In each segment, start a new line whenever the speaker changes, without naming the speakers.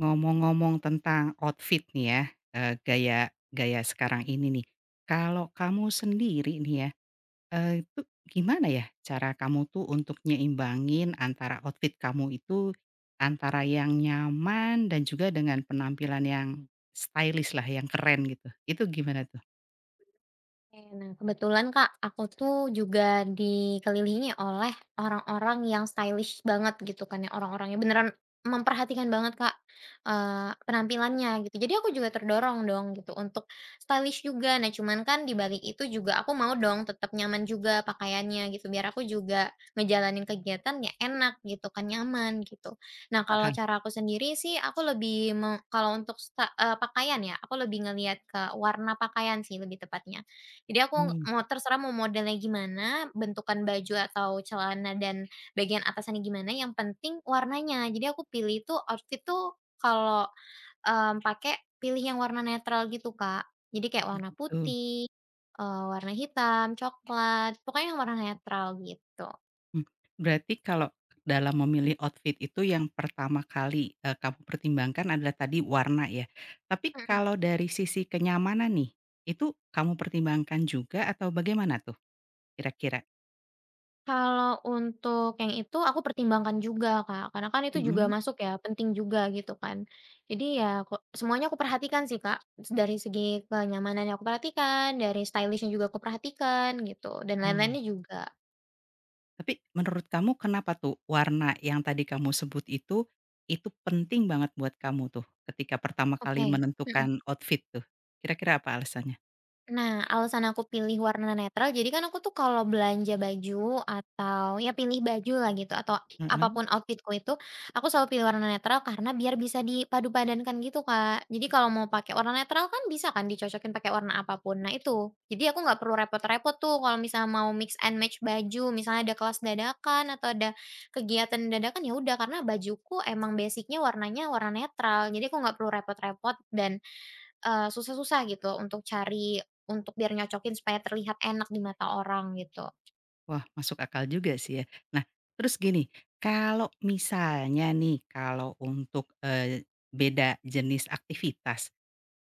Ngomong-ngomong tentang outfit nih ya, gaya gaya sekarang ini nih. Kalau kamu sendiri nih ya, itu gimana ya cara kamu tuh untuk nyeimbangin antara outfit kamu itu, antara yang nyaman dan juga dengan penampilan yang stylish lah, yang keren gitu, itu gimana tuh?
Oke, nah kebetulan Kak, aku tuh juga dikelilingi oleh orang-orang yang stylish banget gitu kan ya, orang-orangnya beneran memperhatikan banget Kak, penampilannya gitu. Jadi aku juga terdorong dong gitu untuk stylish juga. Nah cuman kan di balik itu juga aku mau dong tetap nyaman juga pakaiannya gitu, biar aku juga ngejalanin kegiatan ya enak gitu kan, nyaman gitu. Nah kalau
Paham?
cara aku sendiri sih aku lebih me kalau untuk sta eee, pakaian ya, aku lebih ngelihat ke warna pakaian sih lebih tepatnya. Jadi aku
Oh,
mau terserah mau modelnya gimana, bentukan baju atau celana dan bagian atasannya gimana, yang penting warnanya. Jadi aku pilih tuh outfit tuh kalau pilih yang warna netral gitu, Kak. Jadi kayak warna
gitu.
putih, warna hitam, coklat, pokoknya yang warna netral gitu.
Mmm, berarti kalau dalam memilih outfit itu yang pertama kali, kamu pertimbangkan adalah tadi warna ya. Tapi
Mhm.
kalau dari sisi kenyamanan nih, itu kamu pertimbangkan juga atau bagaimana tuh kira-kira?
Kalau untuk yang itu aku pertimbangkan juga, Kak, karena kan itu juga
Mhm,
masuk ya, penting juga gitu kan. Jadi ya semuanya aku perhatikan sih, Kak. Dari segi kenyamanannya aku perhatikan, dari stylishnya juga aku perhatikan gitu, dan
oh.
lain-lainnya juga.
Tapi menurut kamu kenapa tuh warna yang tadi kamu sebut itu penting banget buat kamu tuh ketika pertama kali
Oke. Mhm.
menentukan outfit tuh? Kira-kira apa alasannya?
Nah, alasan aku pilih warna netral, jadi kan aku tuh kalau belanja baju atau ya pilih baju lah gitu atau apapun outfitku itu, aku selalu pilih warna netral karena biar bisa dipadu-padankan gitu, Kak. Jadi kalau mau pakai warna netral kan bisa kan dicocokin pakai warna apapun. Nah itu, jadi aku nggak perlu repot-repot tuh kalau misalnya mau mix and match baju, misalnya ada kelas dadakan atau ada kegiatan dadakan ya udah karena bajuku emang basicnya warnanya warna netral. Jadi aku nggak perlu repot-repot dan susah-susah gitu untuk cari untuk biar nyocokin supaya terlihat enak di mata orang gitu.
Wah, masuk akal juga sih ya. Nah, terus gini, kalau misalnya nih, kalau untuk, beda jenis aktivitas,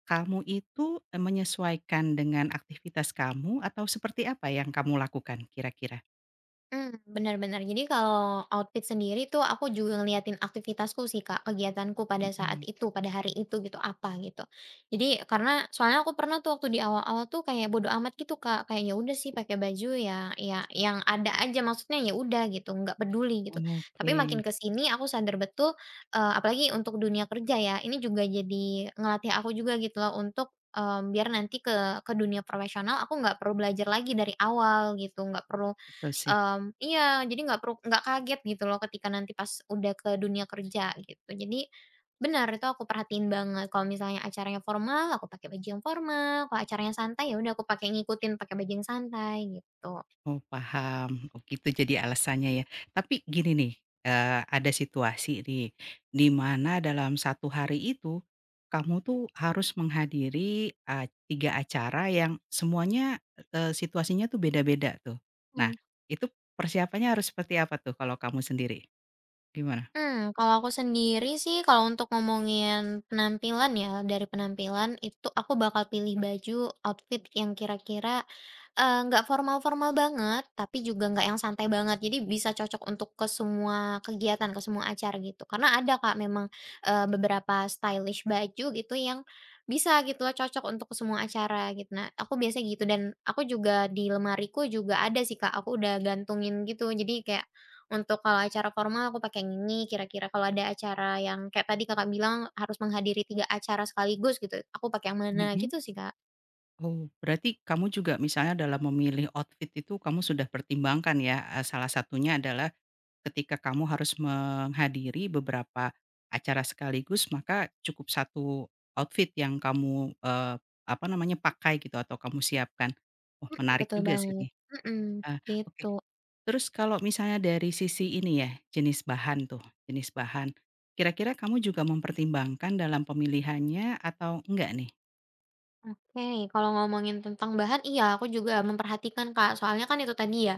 kamu itu, menyesuaikan dengan aktivitas kamu atau seperti apa yang kamu lakukan kira-kira?
Hmm, benar-benar. Jadi kalau outfit sendiri tuh aku juga ngeliatin aktivitasku sih, Kak, kegiatanku pada saat
Mhm.
itu, pada hari itu gitu, apa gitu. Jadi karena soalnya aku pernah tuh waktu di awal-awal tuh kayak bodo amat gitu, Kak, kayak ya udah sih pakai baju ya yang ada aja, maksudnya ya udah gitu, nggak peduli gitu.
Mhm,
Tapi
oke.
makin ke sini aku sadar betul, apalagi untuk dunia kerja ya, ini juga jadi ngelatih aku juga gitu loh untuk, biar nanti ke dunia profesional aku nggak perlu belajar lagi dari awal gitu, nggak perlu.
Betul sih.
Mmm, iya, jadi nggak perlu nggak kaget gitu loh ketika nanti pas udah ke dunia kerja gitu. Jadi benar itu aku perhatiin banget kalau misalnya acaranya formal, aku pakai baju yang formal, kalau acaranya santai ya udah aku pakai ngikutin pakai baju yang santai gitu.
Oh, paham. Oh, gitu jadi alasannya ya. Tapi gini nih, ada situasi nih, di mana dalam satu hari itu, kamu tuh harus menghadiri, 3 acara yang semuanya, situasinya tuh beda-beda tuh. Nah,
Mmm.
itu persiapannya harus seperti apa tuh kalau kamu sendiri? Gimana?
Hmm, kalau aku sendiri sih, kalau untuk ngomongin penampilan ya, dari penampilan itu aku bakal pilih baju, outfit yang kira-kira, nggak formal-formal banget, tapi juga nggak yang santai banget. Jadi bisa cocok untuk ke semua kegiatan, ke semua acara gitu. Karena ada Kak memang, beberapa stylish baju gitu yang bisa gitu loh, cocok untuk ke semua acara gitu. Nah, aku biasanya gitu dan aku juga di lemariku juga ada sih Kak, aku udah gantungin gitu. Jadi kayak untuk kalau acara formal aku pakai yang ini, kira-kira kalau ada acara yang kayak tadi Kakak bilang harus menghadiri 3 acara sekaligus gitu, aku pakai yang mana,
Mhm.
gitu sih, Kak.
Oh, berarti kamu juga misalnya dalam memilih outfit itu kamu sudah pertimbangkan ya, salah satunya adalah ketika kamu harus menghadiri beberapa acara sekaligus, maka cukup satu outfit yang kamu, apa namanya, pakai gitu atau kamu siapkan. Wah,
Mhm,
menarik
betul
juga sih
banget.
nih.
Mhm,
Ah, oke.
gitu.
Terus kalau misalnya dari sisi ini ya, jenis bahan tuh, jenis bahan. Kira-kira kamu juga mempertimbangkan dalam pemilihannya atau enggak nih?
Oke, kalau ngomongin tentang bahan, iya aku juga memperhatikan Kak, soalnya kan itu tadi ya,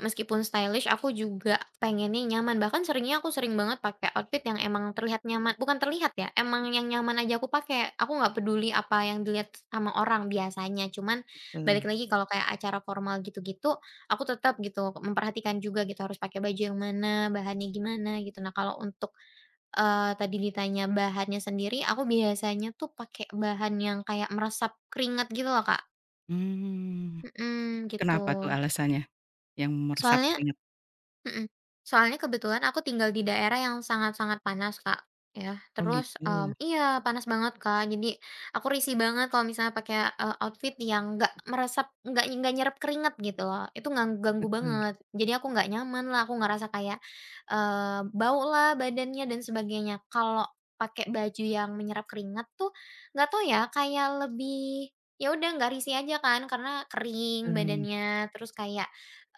meskipun stylish aku juga pengennya nyaman, bahkan seringnya aku sering banget pakai outfit yang emang terlihat nyaman bukan terlihat ya, emang yang nyaman aja aku pakai, aku nggak peduli apa yang dilihat sama orang biasanya, cuman balik
Betul.
lagi kalau kayak acara formal gitu-gitu, aku tetap gitu memperhatikan juga gitu harus pakai baju yang mana, bahannya gimana gitu. Nah kalau untuk tadi ditanya bahannya sendiri, aku biasanya tuh pakai bahan yang kayak meresap keringat gitu loh, Kak.
Mmm,
Mhm, gitu.
kenapa tuh alasannya yang meresap
Soalnya.
keringat?
Mhm. Soalnya kebetulan aku tinggal di daerah yang sangat-sangat panas, Kak, ya.
Oh,
Terus,
gitu,
iya, panas banget, Kak. Jadi aku risih banget kalau misalnya pakai, outfit yang nggak meresap, nggak nyerap keringat gitu loh. Itu ganggu banget. Jadi aku nggak nyaman lah aku ngerasa kayak, eh, bau lah badannya dan sebagainya. Kalau pakai baju yang menyerap keringat tuh nggak tahu ya, kayak lebih ya udah nggak risih aja kan karena kering
betul.
badannya, terus kayak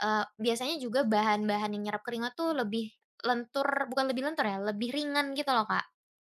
Biasanya juga bahan-bahan yang nyerap keringat tuh lebih lentur bukan lebih lentur ya, lebih ringan gitu loh, Kak,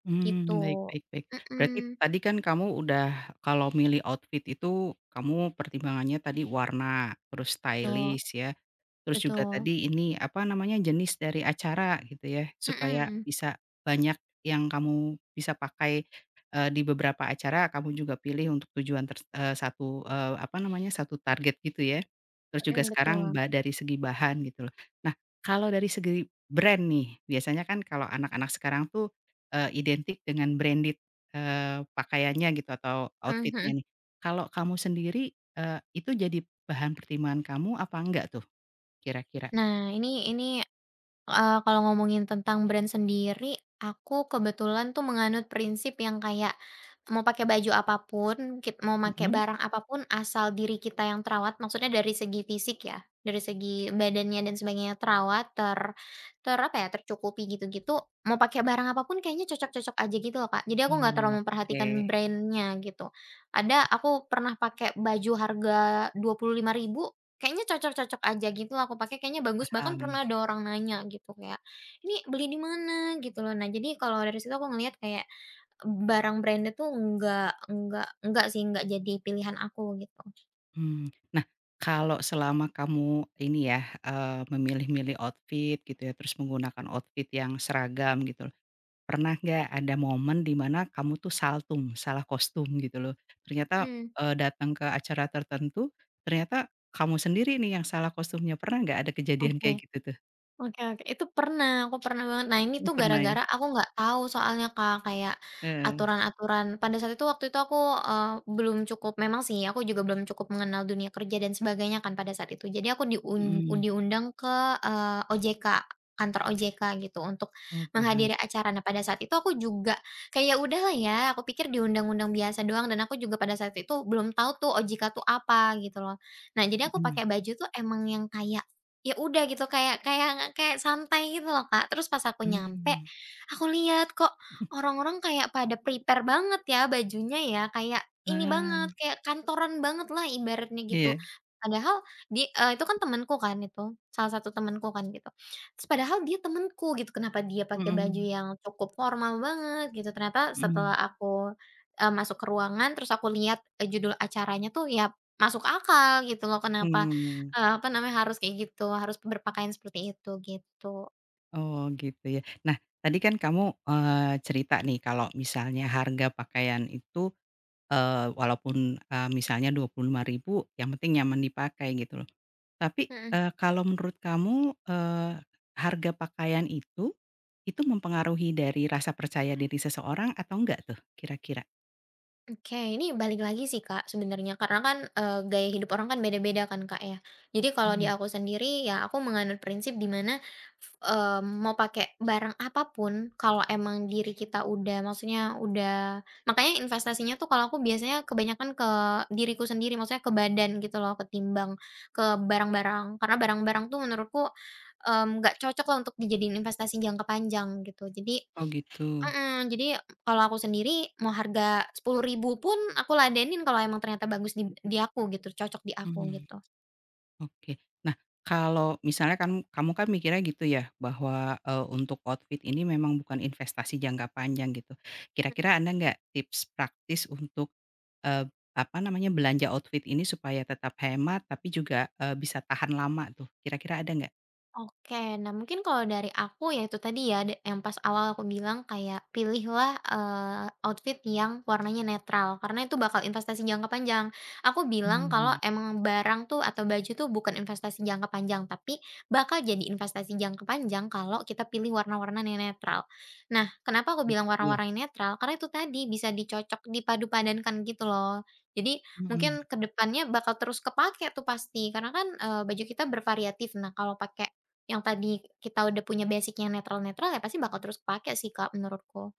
Mmm, baik,
gitu.
baik, baik. Berarti
Mhm,
tadi kan kamu udah kalau milih outfit itu kamu pertimbangannya tadi warna, terus
betul
stylish ya. Terus juga
betul.
tadi ini, apa namanya, jenis dari acara gitu ya, supaya
Mhm
bisa banyak yang kamu bisa pakai, di beberapa acara kamu juga pilih untuk tujuan satu, apa namanya, satu target gitu ya. Terus juga
mhm,
sekarang
betul.
dari segi bahan gitu loh. Nah, kalau dari segi brand nih, biasanya kan kalau anak-anak sekarang tuh, identik dengan branded, pakaiannya gitu atau
Mmm, mhm.
outfitnya nih. Kalau kamu sendiri, itu jadi bahan pertimbangan kamu apa enggak tuh? Kira-kira?
Nah, kalau ngomongin tentang brand sendiri, aku kebetulan tuh menganut prinsip yang kayak, mau pakai baju apapun, mau pakai
Mhm.
barang apapun asal diri kita yang terawat, maksudnya dari segi fisik ya, dari segi badannya dan sebagainya terawat, ter ter apa ya, tercukupi gitu-gitu, mau pakai barang apapun, kayaknya cocok-cocok aja gitu loh, Kak. Jadi aku nggak
Oh,
terlalu memperhatikan
oke,
brandnya gitu. Ada aku pernah pakai baju harga 25.000. Kayaknya cocok-cocok aja gitu loh aku pakai, kayaknya bagus, bahkan
paham.
pernah ada orang nanya gitu kayak, "Ini beli di mana?" Gitu loh. Nah, jadi kalau dari situ aku ngelihat kayak, barang branded tuh enggak sih, enggak jadi pilihan aku gitu.
Mmm, nah, kalau selama kamu ini ya, memilih-milih outfit gitu ya, terus menggunakan outfit yang seragam gitu loh, pernah nggak ada momen di mana kamu tuh saltum, salah kostum gitu loh? Ternyata,
Mmm,
datang ke acara tertentu, ternyata kamu sendiri nih yang salah kostumnya, pernah nggak ada kejadian kayak
oke.
gitu tuh?
Oke oke, itu pernah, aku pernah banget. Nah, ini
Oh,
tuh
pernah ya?
gara-gara aku nggak tahu soalnya, Kak, kayak
Heeh.
aturan-aturan pada saat itu waktu itu aku, belum cukup memang sih aku juga belum cukup mengenal dunia kerja dan sebagainya kan pada saat itu. Jadi aku
Mhm.
diundang ke, OJK, kantor OJK gitu untuk
Oh, paham.
menghadiri acara. Nah, pada saat itu aku juga kayak, "Ya udahlah ya," aku pikir diundang-undang biasa doang dan aku juga pada saat itu belum tahu tuh OJK tuh apa gitu loh. Nah, jadi aku
Mhm.
pakai baju tuh emang yang kayak ya udah gitu kayak kayak kayak santai gitu loh, Kak. Terus pas aku nyampe,
Mmm.
aku lihat kok orang-orang kayak pada prepare banget ya bajunya ya, kayak ini banget,
Ah,
kayak kantoran banget lah ibaratnya gitu.
iya.
Padahal di itu kan temenku kan itu, salah satu temenku kan gitu. Terus padahal dia temenku gitu, kenapa dia pakai baju
Mhm.
yang cukup formal banget gitu. Ternyata setelah
Mhm,
aku, masuk ke ruangan terus aku lihat, judul acaranya tuh ya masuk akal gitu loh kenapa
mmm,
Apa namanya, harus kayak gitu, harus berpakaian seperti itu, gitu.
oh gitu ya. Nah, tadi kan kamu, cerita nih kalau misalnya harga pakaian itu, walaupun, misalnya 25.000, yang penting nyaman dipakai gitu loh. Tapi,
Mhm.
kalau menurut kamu, eee, harga pakaian itu mempengaruhi dari rasa percaya diri seseorang atau enggak tuh kira-kira?
Oke, ini balik lagi sih Kak sebenarnya karena kan, gaya hidup orang kan beda-beda kan Kak ya. Jadi kalau di
Mhm,
aku sendiri ya aku menganut prinsip di mana, mau pakai barang apapun kalau emang diri kita udah maksudnya udah makanya investasinya tuh kalau aku biasanya kebanyakan ke diriku sendiri, maksudnya ke badan gitu loh ketimbang ke barang-barang. Karena barang-barang tuh menurutku, nggak cocok lah untuk dijadiin investasi jangka panjang gitu. Jadi.
oh gitu,
Mhm, jadi kalau aku sendiri mau harga 10.000 pun aku ladenin kalau emang ternyata bagus di aku gitu, cocok di aku
mhm.
gitu.
Oke. Nah, kalau misalnya kan kamu kan mikirnya gitu ya, bahwa, untuk outfit ini memang bukan investasi jangka panjang gitu. Kira-kira ada nggak tips praktis untuk, eee, apa namanya, belanja outfit ini supaya tetap hemat tapi juga, bisa tahan lama tuh, kira-kira ada nggak?
Oke, nah mungkin kalau dari aku ya itu tadi ya yang pas awal aku bilang kayak pilihlah, outfit yang warnanya netral karena itu bakal investasi jangka panjang. Aku bilang kalau
Mmm.
emang barang tuh atau baju tuh bukan investasi jangka panjang, tapi bakal jadi investasi jangka panjang kalau kita pilih warna-warna yang netral. Nah, kenapa aku
Oh
bilang
gitu,
warna-warna yang netral, karena itu tadi bisa dipadupadankan gitu loh. Jadi
mhm,
mungkin kedepannya bakal terus kepakai tuh pasti karena kan, baju kita bervariatif. Nah, kalau pakai yang tadi kita udah punya basic-nya netral-netral ya pasti bakal terus kepake sih, Kak, menurutku.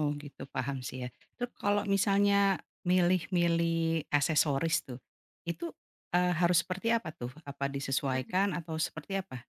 oh gitu, paham sih ya. Terus kalau misalnya milih-milih aksesoris tuh, itu, harus seperti apa tuh? Apa disesuaikan atau seperti apa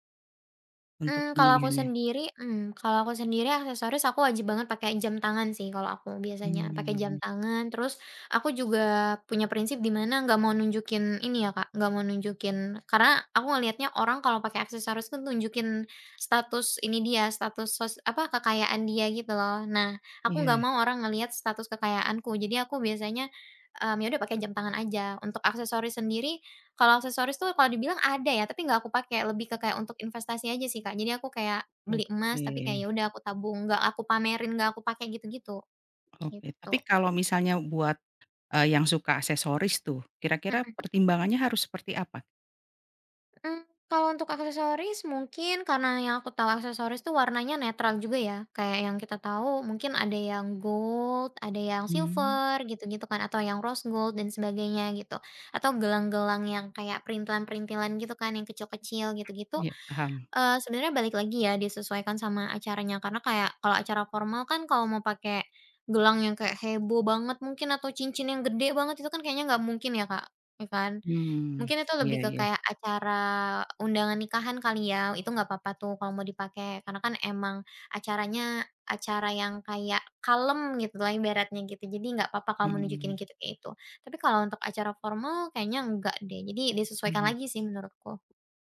untuk pemilihannya?
Kalau aku sendiri aksesoris aku wajib banget pakai jam tangan sih kalau aku biasanya, pakai jam
Mmm,
tangan terus aku juga punya prinsip di mana nggak mau nunjukin ini ya Kak, nggak mau nunjukin karena aku ngelihatnya orang kalau pakai aksesoris tuh nunjukin status ini dia, kekayaan dia gitu loh. Nah, aku
iya,
nggak mau orang ngelihat status kekayaanku, jadi aku biasanya, ya udah pakai jam tangan aja. Untuk aksesoris sendiri kalau aksesoris tuh kalau dibilang ada ya, tapi nggak aku pakai, lebih ke kayak untuk investasi aja sih, Kak. Jadi aku kayak beli emas,
oke,
tapi kayak ya udah aku tabung, nggak aku pamerin, nggak aku pakai gitu-gitu,
oke.
gitu.
Tapi kalau misalnya buat, yang suka aksesoris tuh, kira-kira
Mhm.
pertimbangannya harus seperti apa?
Mmm, kalau untuk aksesoris mungkin karena yang aku tahu aksesoris tuh warnanya netral juga ya, kayak yang kita tahu mungkin ada yang gold, ada yang
Mmm,
silver gitu-gitu kan, atau yang rose gold dan sebagainya gitu. Atau gelang-gelang yang kayak perintilan-perintilan gitu kan, yang kecil-kecil gitu-gitu.
iya, paham.
Sebenarnya balik lagi ya, disesuaikan sama acaranya. Karena kayak kalau acara formal kan kalau mau pakai gelang yang kayak heboh banget mungkin atau cincin yang gede banget itu kan kayaknya nggak mungkin ya, Kak, ya kan.
Mmm,
Mungkin itu lebih
iya,
ke
iya,
kayak acara undangan nikahan kali ya, itu nggak apa-apa tuh kalau mau dipakai. Karena kan emang acaranya acara yang kayak kalem gitu lah ibaratnya gitu, jadi nggak apa-apa kalau mau nunjukin
mhm,
gitu kayak itu. Tapi kalau untuk acara formal kayaknya enggak deh, jadi disesuaikan
mhm.
lagi sih menurutku.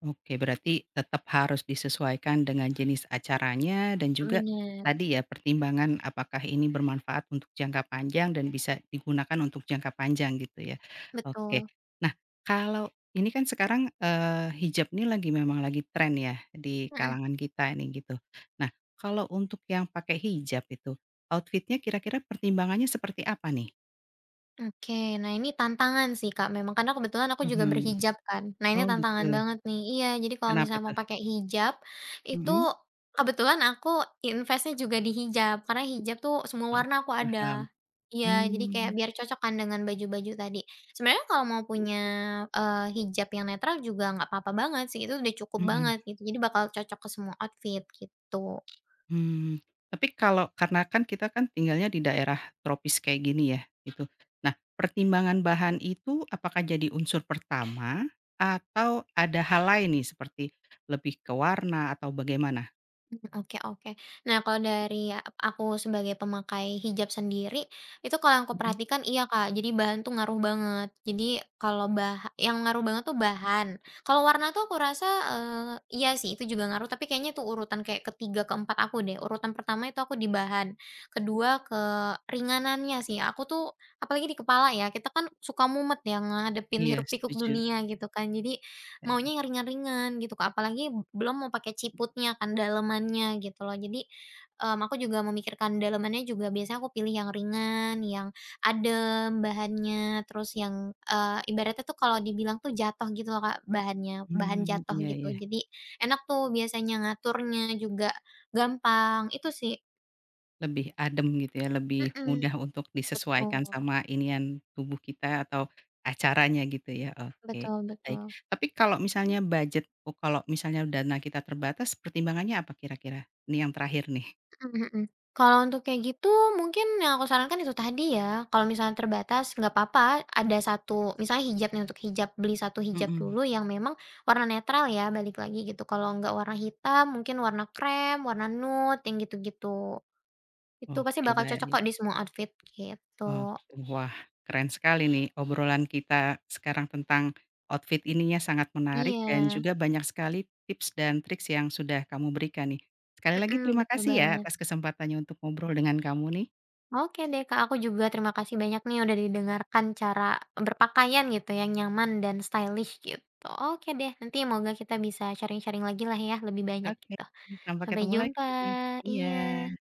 Oke, berarti tetap harus disesuaikan dengan jenis acaranya dan juga
Bener,
tadi ya pertimbangan apakah ini bermanfaat untuk jangka panjang dan bisa digunakan untuk jangka panjang gitu ya. Oke.
betul.
Nah, kalau ini kan sekarang, hijab ini lagi memang lagi tren ya di
Mhm.
kalangan kita ini gitu. Nah, kalau untuk yang pakai hijab itu, outfitnya kira-kira pertimbangannya seperti apa nih?
Oke, nah ini tantangan sih, Kak, memang karena kebetulan aku juga
Mhm.
berhijab kan. Nah
Oh,
ini tantangan
gitu.
banget nih. Iya, jadi kalau
Kenapa
misalnya mau
tuh?
pakai hijab, itu
Mhm.
kebetulan aku investnya juga di hijab, karena hijab tuh semua
Oh,
warna aku ada.
paham.
Iya, jadi kayak
Mmm,
biar cocok kan dengan baju-baju tadi. Sebenarnya kalau mau punya hijab yang netral juga nggak apa-apa banget sih, itu udah cukup
mhm.
banget gitu. Jadi bakal cocok ke semua outfit gitu.
Hmm, tapi kalau karena kan kita kan tinggalnya di daerah tropis kayak gini ya, gitu. Nah, pertimbangan bahan itu apakah jadi unsur pertama atau ada hal lain nih seperti lebih ke warna atau bagaimana?
Mmm, oke oke. Nah, kalau dari ya, aku sebagai pemakai hijab sendiri, itu kalau yang aku
Mhm,
perhatikan iya, Kak, jadi bahan tuh ngaruh banget. Jadi kalau yang ngaruh banget tuh bahan. Kalau warna tuh aku rasa, iya sih, itu juga ngaruh, tapi kayaknya tuh urutan kayak ketiga keempat aku deh. Urutan pertama itu aku di bahan, kedua ke ringanannya sih. Aku tuh apalagi di kepala ya, kita kan suka mumet ya ngadepin
iya
hiruk pikuk
setuju,
dunia gitu kan. Jadi
eee,
maunya yang ringan-ringan gitu Kak, apalagi belum mau pakai ciputnya kan, dalemannya gitu loh. Jadi, aku juga memikirkan dalemannya juga biasanya aku pilih yang ringan, yang adem bahannya, terus yang, ibaratnya tuh kalau dibilang tuh jatuh gitu loh Kak bahannya, bahan
mmm,
jatuh
iya,
gitu.
iya.
Jadi enak tuh biasanya ngaturnya juga gampang, itu sih.
Lebih adem gitu ya, lebih
Mhm,
mudah untuk disesuaikan
betul,
sama inian tubuh kita atau acaranya gitu ya, oke,
betul
baik.
betul.
Tapi kalau misalnya budget oh kalau misalnya dana kita terbatas pertimbangannya apa kira-kira? Ini yang terakhir nih.
Mhm mhm. Kalau untuk kayak gitu mungkin yang aku sarankan itu tadi ya, kalau misalnya terbatas nggak apa-apa ada satu, misalnya hijab nih untuk hijab, beli satu hijab
Mhm.
dulu yang memang warna netral ya balik lagi gitu, kalau nggak warna hitam mungkin warna krem, warna nude yang gitu-gitu. Itu pasti
Oke,
bakal cocok
baik,
kok di semua outfit
oke.
gitu.
Wah, keren sekali nih obrolan kita sekarang tentang outfit ininya sangat menarik dan
Iya,
juga banyak sekali tips dan triks yang sudah kamu berikan nih. Sekali lagi
mhm,
terima
betul
kasih ya
banget.
atas kesempatannya untuk ngobrol dengan kamu nih.
Oke deh Kak, aku juga terima kasih banyak nih udah didengarkan cara berpakaian gitu yang nyaman dan stylish gitu. Oke deh, nanti semoga kita bisa sharing-sharing lagi lah ya, lebih banyak
Oke,
gitu.
sampai
Sampai
ketemu
jumpa.
lagi. Iya.
Iya.